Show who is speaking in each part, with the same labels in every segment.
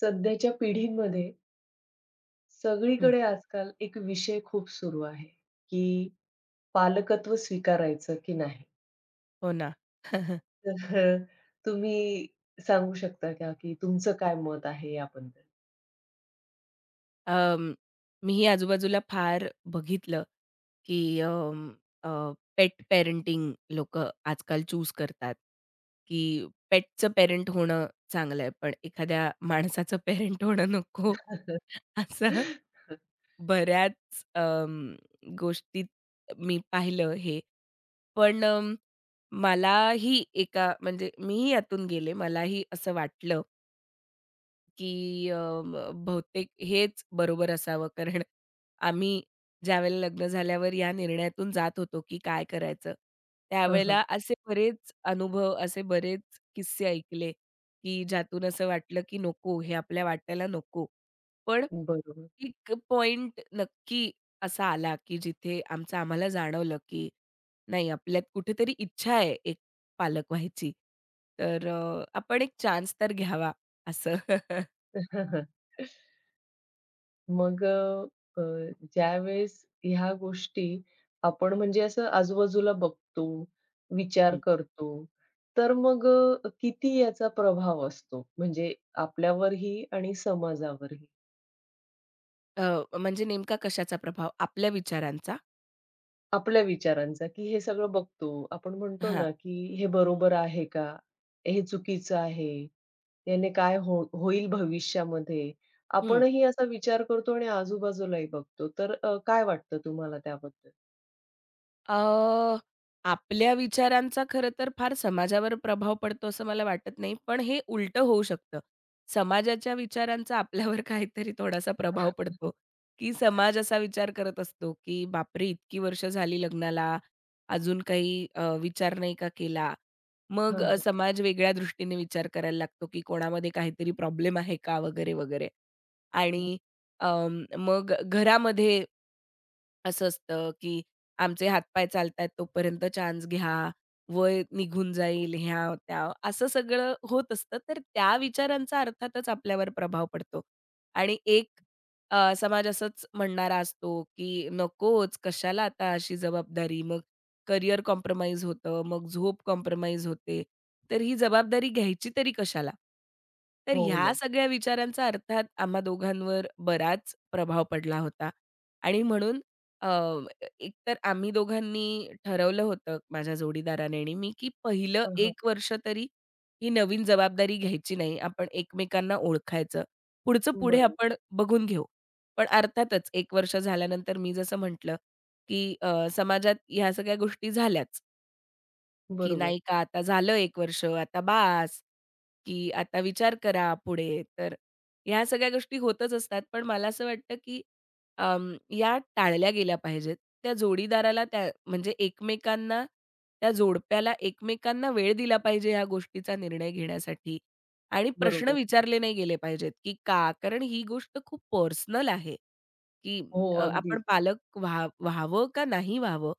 Speaker 1: सध्याच्या पिढीमध्ये
Speaker 2: हं,
Speaker 1: सगळीकडे आजकाल एक विषय खूप सुरू आहे, की पालकत्व स्वीकारायचं की नाही?
Speaker 2: हो ना.
Speaker 1: तर तुम्ही सांगू शकता का, की तुमचं काय मत आहे याबद्दल?
Speaker 2: अं, मीही आजूबाजूला फार बघितलं, की पेट पेरेंटिंग लोकं आजकाल चूज करतात, की पेटचं पेरेंट होणं चांगलं आहे, पण एखाद्या माणसाचं पेरेंट होणं नको. असं बऱ्याच अं, गोष्टीत मी पाहिलं हे. पण मलाही एका म्हणजे मीही यातून गेले. मलाही असं वाटलं की बहुतेक हेच बरोबर असावं. कारण आम्ही ज्यावेळेला लग्न झाल्यावर या निर्णयातून जात होतो, की काय करायचं.
Speaker 1: हं, हं.
Speaker 2: त्यावेळेला असे बरेच अनुभव, असे बरेच किस्से ऐकले, की ज्यातून असं वाटलं, की नको हे आपल्या वाट्याला नको. पण
Speaker 1: बरोबर.
Speaker 2: एक पॉइंट नक्की असा आला, की जिथे आमचं आम्हाला जाणवलं, की नाही आपल्यात कुठेतरी इच्छा आहे एक पालक व्हायची. तर आपण एक चान्स तर घ्यावा असं.
Speaker 1: हं, हं. मग अ, अ, ज्यावेळेस ह्या गोष्टी आपण म्हणजे असं आजूबाजूला बघतो, विचार
Speaker 2: हं.
Speaker 1: करतो, तर मग किती याचा प्रभाव असतो म्हणजे आपल्यावरही आणि समाजावरही?
Speaker 2: म्हणजे नेमका कशाचा प्रभाव? आपल्या विचारांचा?
Speaker 1: आपल्या विचारांचा, की हे सगळं बघतो. आपण म्हणतो
Speaker 2: हां.
Speaker 1: ना, की हे बरोबर आहे का? हे चुकीचं आहे. याने काय हो होईल भविष्यामध्ये?
Speaker 2: हं.
Speaker 1: आपणही असा विचार करतो आणि आजूबाजूलाही बघतो. तर काय वाटतं तुम्हाला त्याबद्दल?
Speaker 2: अ, आपल्या विचारांचा खरं तर फार समाजावर प्रभाव पडतो असं मला वाटत नाही. पण हे उलटं होऊ शकतं. समाजाच्या विचारांचा आपल्यावर काहीतरी थोडासा प्रभाव पडतो, की समाज असा विचार करत असतो, की "बापरे! इतकी वर्ष झाली लग्नाला, अजून काही विचार नाही का केला?" मग
Speaker 1: हां, हां.
Speaker 2: समाज वेगळ्या दृष्टीने विचार करायला लागतो, की कोणामध्ये काहीतरी प्रॉब्लेम आहे का? वगैरे, वगैरे.
Speaker 1: हं.
Speaker 2: आणि अ, मग घरामध्ये असं असतं, की आमचे हातपाय चालतायत तोपर्यंत चान्स घ्या, वय निघून जाईल, ह्या-त्या असं सगळं होत असतं. तर त्या विचारांचा अर्थातच आपल्यावर प्रभाव पडतो. आणि एक समाज असंच म्हणणारा असतो, की नकोच कशाला आता अशी जबाबदारी, मग करियर कॉम्प्रोमाईज होतं, मग झोप कॉम्प्रोमाईज होते, तर ही जबाबदारी घ्यायची तरी कशाला? तर
Speaker 1: हो
Speaker 2: ह्या
Speaker 1: ना.
Speaker 2: सगळ्या विचारांचा अर्थात आम्हा दोघांवर बराच प्रभाव पडला होता. आणि म्हणून अ, एकतर आम्ही दोघांनी ठरवलं होतं माझ्या जोडीदाराने आणि मी, की पहिलं
Speaker 1: हां, हां.
Speaker 2: एक वर्ष तरी ही नवीन जबाबदारी घ्यायची नाही. आपण एकमेकांना ओळखायचं. पुढचं पुढे
Speaker 1: बरं.
Speaker 2: आपण बघून घेऊ. पण अर्थातच एक वर्ष झाल्यानंतर मी जसं म्हटलं, की समाजात ह्या सगळ्या गोष्टी झाल्याच. की
Speaker 1: बरोबर,
Speaker 2: नाही का आता झालं 1 वर्ष, आता बास, की आता विचार करा पुढे. तर ह्या सगळ्या गोष्टी होतच असतात. पण मला असं वाटतं, की या टाळल्या गेल्या पाहिजेत. त्या जोडीदाराला त्या म्हणजे एकमेकांना त्या जोडप्याला एकमेकांना वेळ दिला पाहिजे ह्या गोष्टीचा निर्णय घेण्यासाठी आणि प्रश्न
Speaker 1: बरोबर.
Speaker 2: विचारले नाही गेले पाहिजेत, की का? कारण ही गोष्ट खूप पर्सनल आहे, की
Speaker 1: हो,
Speaker 2: आपण
Speaker 1: अगदीच.
Speaker 2: पालक व्हावं का नाही व्हावं?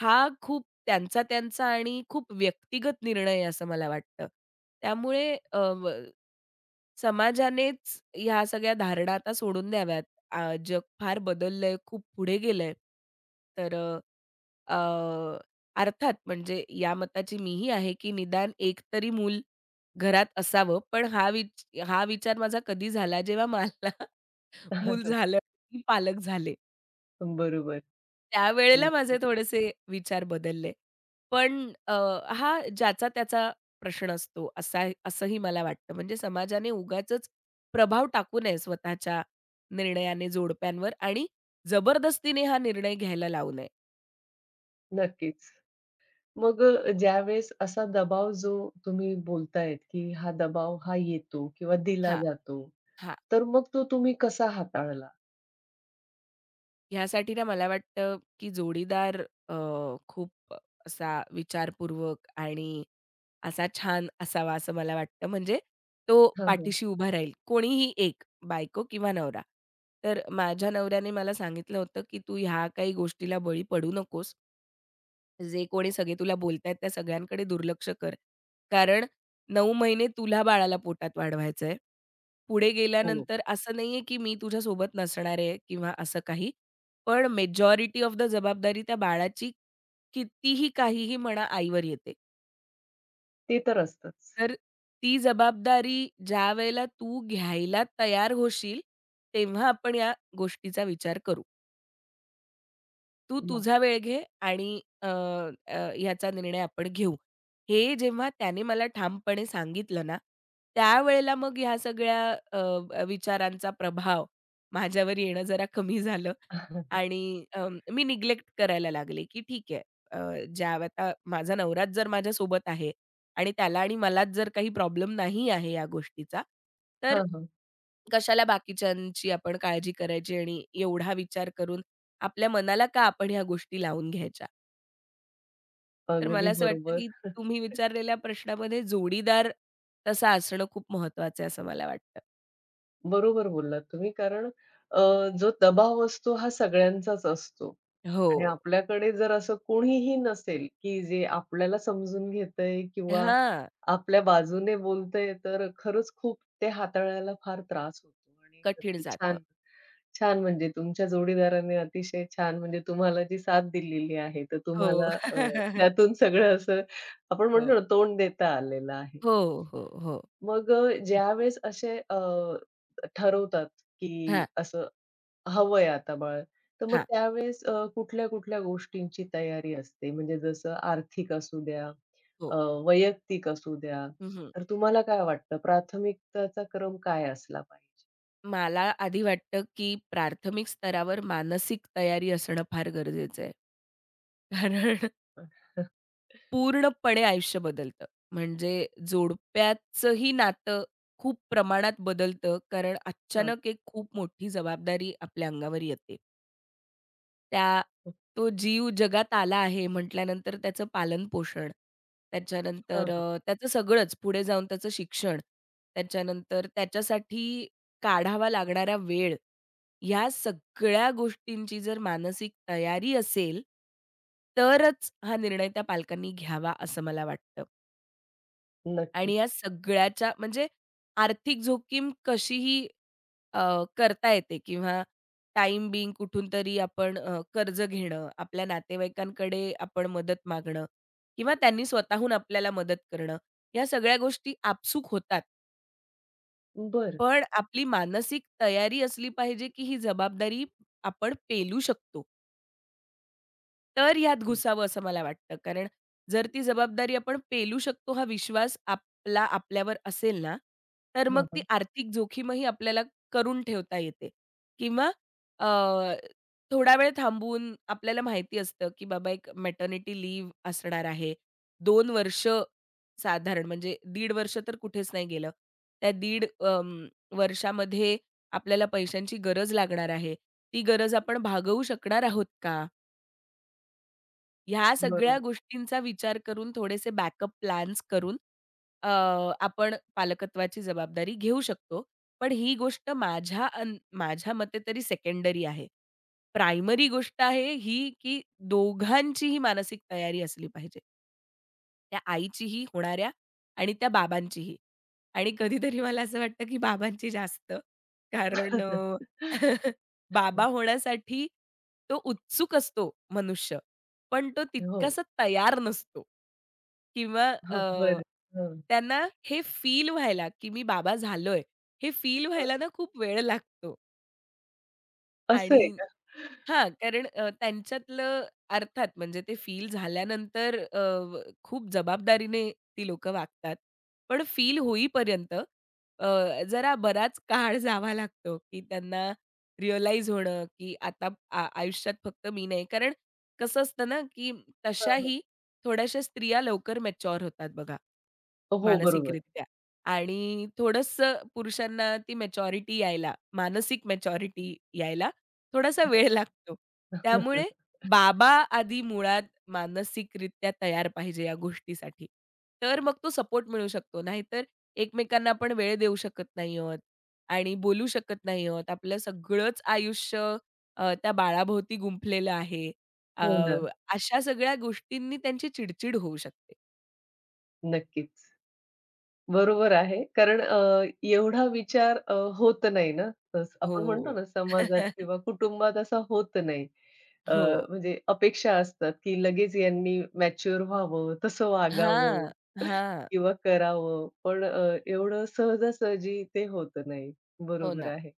Speaker 2: हा खूप त्यांचा आणि खूप व्यक्तिगत निर्णय आहे असं मला वाटतं. त्यामुळे अ, व समाजानेच ह्या सगळ्या धारणा आता सोडून द्याव्यात. जग फार बदललंय, खूप पुढे गेलंय. तर अ, अ, अर्थात म्हणजे या मताची मीही आहे, की निदान एक तरी मूल घरात असावं. पण हा विचार माझा कधी झाला जेव्हा मला मूल झालं, की पालक झाले.
Speaker 1: बरोबर.
Speaker 2: त्यावेळेला माझे
Speaker 1: नक्की.
Speaker 2: थोडेसे विचार बदलले. पण अ, हा ज्याचा-त्याचा प्रश्न असतो असा असंही मला वाटतं. म्हणजे समाजाने उगाचच प्रभाव टाकू नये स्वतःच्या निर्णयाने जोडप्यांवर आणि जबरदस्तीने हा निर्णय घ्यायला लावू नये.
Speaker 1: नक्कीच. मग ज्यावेळेस असा दबाव जो तुम्ही बोलतायत, की हा दबाव हा येतो किंवा दिला
Speaker 2: हां,
Speaker 1: जातो.
Speaker 2: हां.
Speaker 1: तर मग तो तुम्ही कसा हाताळला?
Speaker 2: ह्यासाठी ना मला वाटतं, की जोडीदार अ, खूप असा विचारपूर्वक आणि असा छान असावा असं मला वाटतं. म्हणजे तो
Speaker 1: हां, हां.
Speaker 2: पाठीशी उभा राहील. कोणीही एक बायको किंवा नवरा. तर माझ्या नवऱ्याने मला सांगितलं होतं, की "तू ह्या काही गोष्टीला बळी पडू नकोस. जे कोणी सगळे तुला बोलतायत त्या सगळ्यांकडे दुर्लक्ष कर. कारण 9 महिने तुला बाळाला पोटात वाढवायचंय." पुढे
Speaker 1: हो.
Speaker 2: गेल्यानंतर असं नाहीये, की मी तुझ्यासोबत नसणार आहे किंवा असं काही. पण मेजॉरिटी ऑफ द जबाबदारी त्या बाळाची कितीही, काहीही म्हणा आईवर येते.
Speaker 1: ते तर असतंच.
Speaker 2: तर ती जबाबदारी ज्यावेळेला तू घ्यायला तयार होशील, तेव्हा आपण या गोष्टीचा विचार करू. तू
Speaker 1: मग.
Speaker 2: तुझा वेळ घे आणि अ, अ, ह्याचा निर्णय आपण घेऊ. हे जेव्हा त्याने मला ठामपणे सांगितलं ना, त्यावेळेला मग ह्या सगळ्या अ, अ, विचारांचा प्रभाव माझ्यावर येणं जरा कमी झालं आणि मी निग्लेक्ट करायला लागले, की ठीक आहे अ, ज्या आता माझा नवराच जर माझ्यासोबत आहे आणि त्याला आणि मलाच जर काही प्रॉब्लेम नाही आहे या गोष्टीचा, तर
Speaker 1: हां, हां.
Speaker 2: कशाला बाकीच्यांची आपण काळजी करायची आणि एवढा विचार करून आपल्या मनाला का आपण ह्या गोष्टी लावून घ्यायच्या. तर
Speaker 1: अगदी
Speaker 2: मला असं वाटतं,
Speaker 1: बरोबर.
Speaker 2: की तुम्ही विचारलेल्या प्रश्नामध्ये जोडीदार तसा असणं खूप महत्वाचं आहे असं मला वाटतं.
Speaker 1: बरोबर बोललात तुम्ही कारण अ, जो दबाव असतो हा सगळ्यांचाच असतो
Speaker 2: हो.
Speaker 1: आणि आपल्याकडे जर असं कोणीही नसेल, की जे आपल्याला समजून घेतंय किंवा
Speaker 2: हां.
Speaker 1: आपल्या बाजूने बोलतंय, तर खरंच खूप ते हाताळायला फार त्रास होतो आणि
Speaker 2: कठीण
Speaker 1: नक्की
Speaker 2: जातं.
Speaker 1: छान छान म्हणजे तुमच्या जोडीदाराने अतिशय छान म्हणजे तुम्हाला जी साथ दिलेली आहे, तर
Speaker 2: हो.
Speaker 1: तुम्हाला त्यातून सगळं असं आपण
Speaker 2: हो.
Speaker 1: म्हणतो ना, तोंड देता आलेलं आहे.
Speaker 2: हो, हो, हो.
Speaker 1: मग
Speaker 2: नक्कीच.
Speaker 1: ज्यावेळेस असे ठरवतात, की
Speaker 2: हां,
Speaker 1: असं हवंय आता बाळ, तर मग
Speaker 2: हां.
Speaker 1: त्यावेळेस कुठल्या-कुठल्या गोष्टींची तयारी असते? म्हणजे जसं आर्थिक असू द्या, अ,
Speaker 2: हो.
Speaker 1: वैयक्तिक असू द्या,
Speaker 2: हं,
Speaker 1: तर तुम्हाला काय वाटतं प्राथमिकताचा क्रम काय असला पाहिजे?
Speaker 2: मला आधी वाटतं, की प्राथमिक स्तरावर मानसिक तयारी असणं फार गरजेचं आहे. कारण पूर्णपणे आयुष्य बदलतं. म्हणजे जोडप्याचंही नातं खूप प्रमाणात बदलतं कारण
Speaker 1: हां,
Speaker 2: अचानक एक खूप मोठी जबाबदारी आपल्या अंगावर येते. त्या तो जीव जगात आला आहे म्हटल्यानंतर त्याचं पालन-पोषण,
Speaker 1: हां,
Speaker 2: त्याच्यानंतर
Speaker 1: हां,
Speaker 2: त्याचं सगळंच पुढे जाऊन त्याचं शिक्षण, त्याच्यानंतर त्याच्यासाठी काढावा लागणारा वेळ, ह्या सगळ्या गोष्टींची जर मानसिक तयारी असेल, तरच हा निर्णय त्या पालकांनी घ्यावा असं मला वाटतं.
Speaker 1: नक्की.
Speaker 2: आणि या सगळ्याच्या म्हणजे आर्थिक जोखीम कशीही अ, करता येते किंवा टाईम बिंग कुठून तरी आपण कर्ज घेणं, आपल्या नातेवाईकांकडे आपण मदत मागणं किंवा त्यांनी स्वतःहून आपल्याला मदत करणं. या सगळ्या गोष्टी आपसूक होतात.
Speaker 1: बरं.
Speaker 2: पण आपली मानसिक तयारी असली पाहिजे, की ही जबाबदारी आपण पेलू शकतो. तर ह्यात
Speaker 1: हं.
Speaker 2: घुसावं असं मला वाटतं. कारण जर ती जबाबदारी आपण पेलू शकतो हा विश्वास आपला आपल्यावर असेल ना, तर मग
Speaker 1: हां,
Speaker 2: ती
Speaker 1: हां.
Speaker 2: आर्थिक जोखीमही आपल्याला करून ठेवता येते किंवा अ, थोडा वेळ थांबून आपल्याला माहिती असतं, की बाबा एक मॅटर्निटी लीव्ह असणार आहे. 2 वर्ष साधारण म्हणजे दीड वर्ष तर कुठेच नाही गेलं. त्या दीड वर्षामध्ये आपल्याला पैशांची गरज लागणार आहे. ती गरज आपण भागवू शकणार आहोत का? ह्या सगळ्या
Speaker 1: बरोबर.
Speaker 2: गोष्टींचा विचार करून थोडेसे बॅकअप प्लॅन्स करून अ, आपण पालकत्वाची जबाबदारी घेऊ शकतो. पण ही गोष्ट माझ्या मते तरी सेकंडरी आहे. प्रायमरी गोष्ट आहे ही, की दोघांचीही मानसिक तयारी असली पाहिजे. त्या आईचीही होणाऱ्या आणि त्या बाबांचीही. आणि कधीतरी मला असं वाटतं, की बाबांची जास्त. कारण बाबा होण्यासाठी तो उत्सुक असतो मनुष्य, पण तो
Speaker 1: हो.
Speaker 2: तितकासा तयार नसतो किंवा अ,
Speaker 1: हो, बरं. हं,
Speaker 2: त्यांना हे फील व्हायला, की मी बाबा झालोय, हे फील
Speaker 1: हं.
Speaker 2: व्हायला ना खूप वेळ लागतो.
Speaker 1: असं
Speaker 2: आणि
Speaker 1: आहे का?
Speaker 2: हां, कारण त्यांच्यातलं अर्थात म्हणजे ते फील झाल्यानंतर अ, व खूप जबाबदारीने ती लोकं वागतात. पण फील होईपर्यंत जरा बराच काळ जावा लागतो, की त्यांना रिअलाईज होणं, की आता आयुष्यात फक्त मी नाही. कारण कसं असतं ना, की
Speaker 1: हां, हां.
Speaker 2: तशाही थोड्याशा स्त्रिया लवकर मॅच्युअर होतात बघा.
Speaker 1: हो, बरोबर.
Speaker 2: मानसिकरित्या आणि थोडंसं पुरुषांना ती मॅच्युरिटी यायला, मानसिक मॅच्युरिटी यायला थोडासा वेळ लागतो. त्यामुळे बाबा आधी मुळात मानसिकरित्या तयार पाहिजे या गोष्टीसाठी. तर मग तो सपोर्ट मिळू शकतो. नाहीतर एकमेकांना आपण वेळ देऊ शकत नाही आहोत आणि बोलू शकत नाही आहोत. आपलं सगळंच आयुष्य त्या बाळाभोवती गुंफलेलं आहे. अ,
Speaker 1: हो ना,
Speaker 2: अशा सगळ्या गोष्टींनी त्यांची चिड होऊ शकते.
Speaker 1: नक्कीच. बरोबर आहे. कारण एवढा विचार होत नाही ना, तसं आपण म्हणतो
Speaker 2: हो.
Speaker 1: ना समाजात किंवा कुटुंबात असा होत नाही. अ,
Speaker 2: हो.
Speaker 1: म्हणजे अपेक्षा असतात, की लगेच यांनी मॅच्युअर व्हावं, तसं वागावं
Speaker 2: हां, हां.
Speaker 1: किंवा करावं. पण एवढं सहजासहजी ते होत नाही.
Speaker 2: हो
Speaker 1: बरोबर
Speaker 2: ना.
Speaker 1: आहे.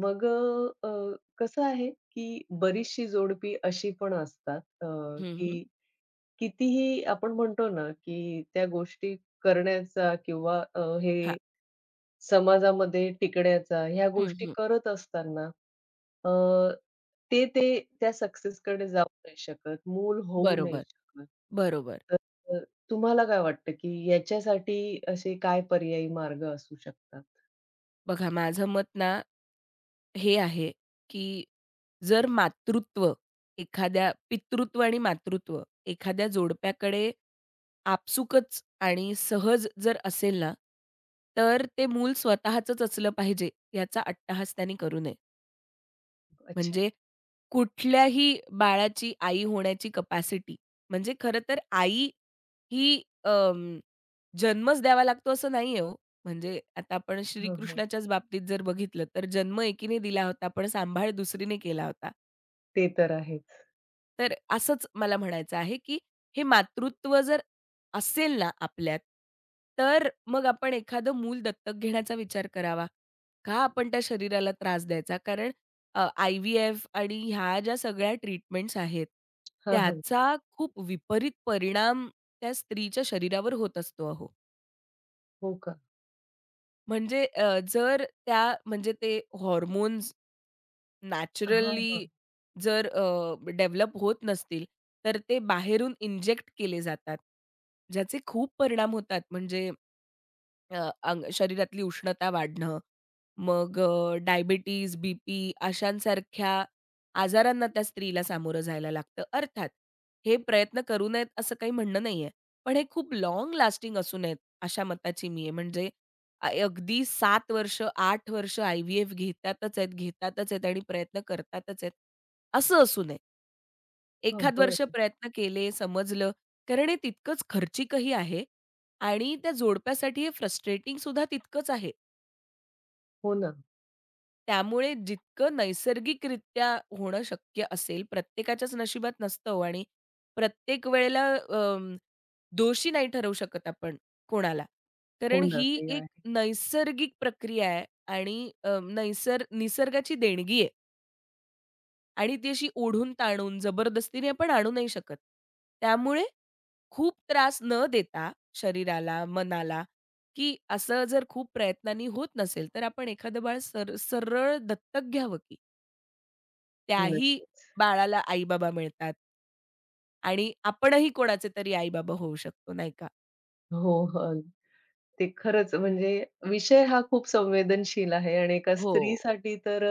Speaker 1: मग अ, अ, कसं आहे, की बरीचशी जोडपी अशी पण असतात
Speaker 2: हं, हं.
Speaker 1: की कितीही आपण म्हणतो ना, की त्या गोष्टी करण्याचा किंवा
Speaker 2: हां.
Speaker 1: हे समाजामध्ये टिकण्याचा ह्या
Speaker 2: हं,
Speaker 1: गोष्टी
Speaker 2: हं.
Speaker 1: करत असताना अ, ते ते त्या सक्सेसकडे जाऊ नाही शकत, मूल होऊ नाही
Speaker 2: बरोबर,
Speaker 1: शकत.
Speaker 2: बरोबर.
Speaker 1: तर अ, तुम्हाला काय वाटतं, की याच्यासाठी असे काय पर्यायी मार्ग असू शकतात?
Speaker 2: बघा माझं मत ना हे आहे, की जर मातृत्व एखाद्या पितृत्व आणि मातृत्व एखाद्या जोडप्याकडे आपसुकच आणि सहज जर असेल ना, तर ते मूल स्वतःचंच असलं पाहिजे, याचा अट्टहास त्यांनी करू नये.
Speaker 1: अच्छा.
Speaker 2: म्हणजे कुठल्याही बाळाची आई होण्याची कपॅसिटी. म्हणजे खरं तर आई ही अं, जन्मच द्यावा लागतो असं नाहीये हो. म्हणजे आता आपण
Speaker 1: हां, हां.
Speaker 2: श्रीकृष्णाच्याच बाबतीत जर बघितलं तर जन्म एकीने दिला होता, पण सांभाळ दुसरीने केला होता.
Speaker 1: ते तर आहेच.
Speaker 2: तर असंच मला म्हणायचं आहे, की हे मातृत्व जर असेल ना आपल्यात, तर मग आपण एखादं मूल दत्तक घेण्याचा विचार करावा. का आपण त्या शरीराला त्रास द्यायचा? कारण आय-व्ही-एफ आणि ह्या ज्या सगळ्या ट्रीटमेंट्स आहेत,
Speaker 1: हां, हां.
Speaker 2: त्याचा खूप विपरीत परिणाम त्या स्त्रीच्या शरीरावर होत असतो अहो.
Speaker 1: हो का?
Speaker 2: म्हणजे जर त्या म्हणजे ते हॉर्मोन्स
Speaker 1: हां,
Speaker 2: नॅचरली
Speaker 1: हां.
Speaker 2: जर डेव्हलप होत नसतील, तर ते बाहेरून इंजेक्ट केले जातात. ज्याचे खूप परिणाम होतात म्हणजे अंग शरीरातली उष्णता वाढणं, मग डायबिटीज, बी-पी अशांसारख्या आजारांना त्या स्त्रीला सामोरं जायला लागतं. अर्थात हे प्रयत्न करू नयेत असं काही म्हणणं नाहीये. पण हे खूप लाँग लास्टिंग असू नयेत अशा मताची मी आहे. म्हणजे अगदी 7 वर्ष, 8 वर्ष आय-व्ही-एफ घेतातच आहेत, घेतातच आहेत आणि प्रयत्न करतातच आहेत, असं असू नये.
Speaker 1: हां,
Speaker 2: एखाद वर्ष
Speaker 1: बरं.
Speaker 2: प्रयत्न केले, समजलं, कारण हे तितकंच खर्चिकही आहे आणि त्या जोडप्यासाठी हे फ्रस्ट्रेटिंग फ्रस्ट्रेटिंगसुद्धा तितकंच आहे.
Speaker 1: हो ना.
Speaker 2: त्यामुळे जितकं नैसर्गिकरित्या होणं शक्य असेल, प्रत्येकाच्याच नशिबात नसतं हो आणि प्रत्येक वेळेला दोषी नाही ठरवू शकत आपण कोणाला.
Speaker 1: हो
Speaker 2: कारण
Speaker 1: ना.
Speaker 2: ही
Speaker 1: ते
Speaker 2: एक
Speaker 1: आहे.
Speaker 2: नैसर्गिक प्रक्रिया आहे आणि निसर्गाची देणगी आहे. आणि ती अशी ओढून-ताणून, जबरदस्तीने आपण आणू नाही शकत. त्यामुळे खूप त्रास न देता शरीराला, मनाला, की असं जर खूप प्रयत्नांनी होत नसेल, तर आपण एखादं बाळ सरळ दत्तक घ्यावं की त्याही
Speaker 1: नक्कीच.
Speaker 2: बाळाला आई-बाबा मिळतात. आणि आपणही कोणाचे तरी आई-बाबा होऊ शकतो, नाही का?
Speaker 1: हो. हं. ते खरंच म्हणजे विषय हा खूप संवेदनशील आहे आणि एका
Speaker 2: हो.
Speaker 1: स्त्रीसाठी तर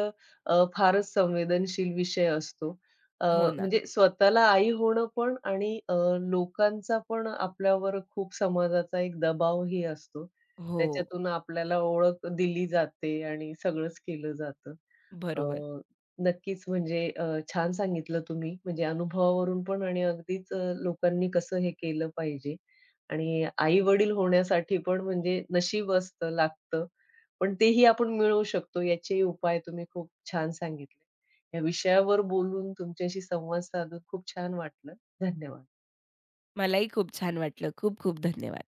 Speaker 1: फारच संवेदनशील विषय असतो. अ,
Speaker 2: हो ना.
Speaker 1: म्हणजे स्वतःला आई होणं पण आणि लोकांचा पण आपल्यावर खूप समाजाचा एक दबावही असतो.
Speaker 2: हो,
Speaker 1: त्याच्यातून आपल्याला ओळख दिली जाते आणि सगळंच केलं जातं. अ,
Speaker 2: बरोबर.
Speaker 1: नक्कीच म्हणजे छान सांगितलं तुम्ही म्हणजे अनुभवावरून पण आणि अगदीच लोकांनी कसं हे केलं पाहिजे आणि आई-वडील होण्यासाठी पण म्हणजे नशीब असतं, लागतं. पण तेही आपण मिळवू शकतो याचेही उपाय तुम्ही खूप छान सांगितले. या विषयावर बोलून तुमच्याशी संवाद साधून खूप छान वाटलं. धन्यवाद.
Speaker 2: मलाही खूप छान वाटलं. खूप खूप धन्यवाद.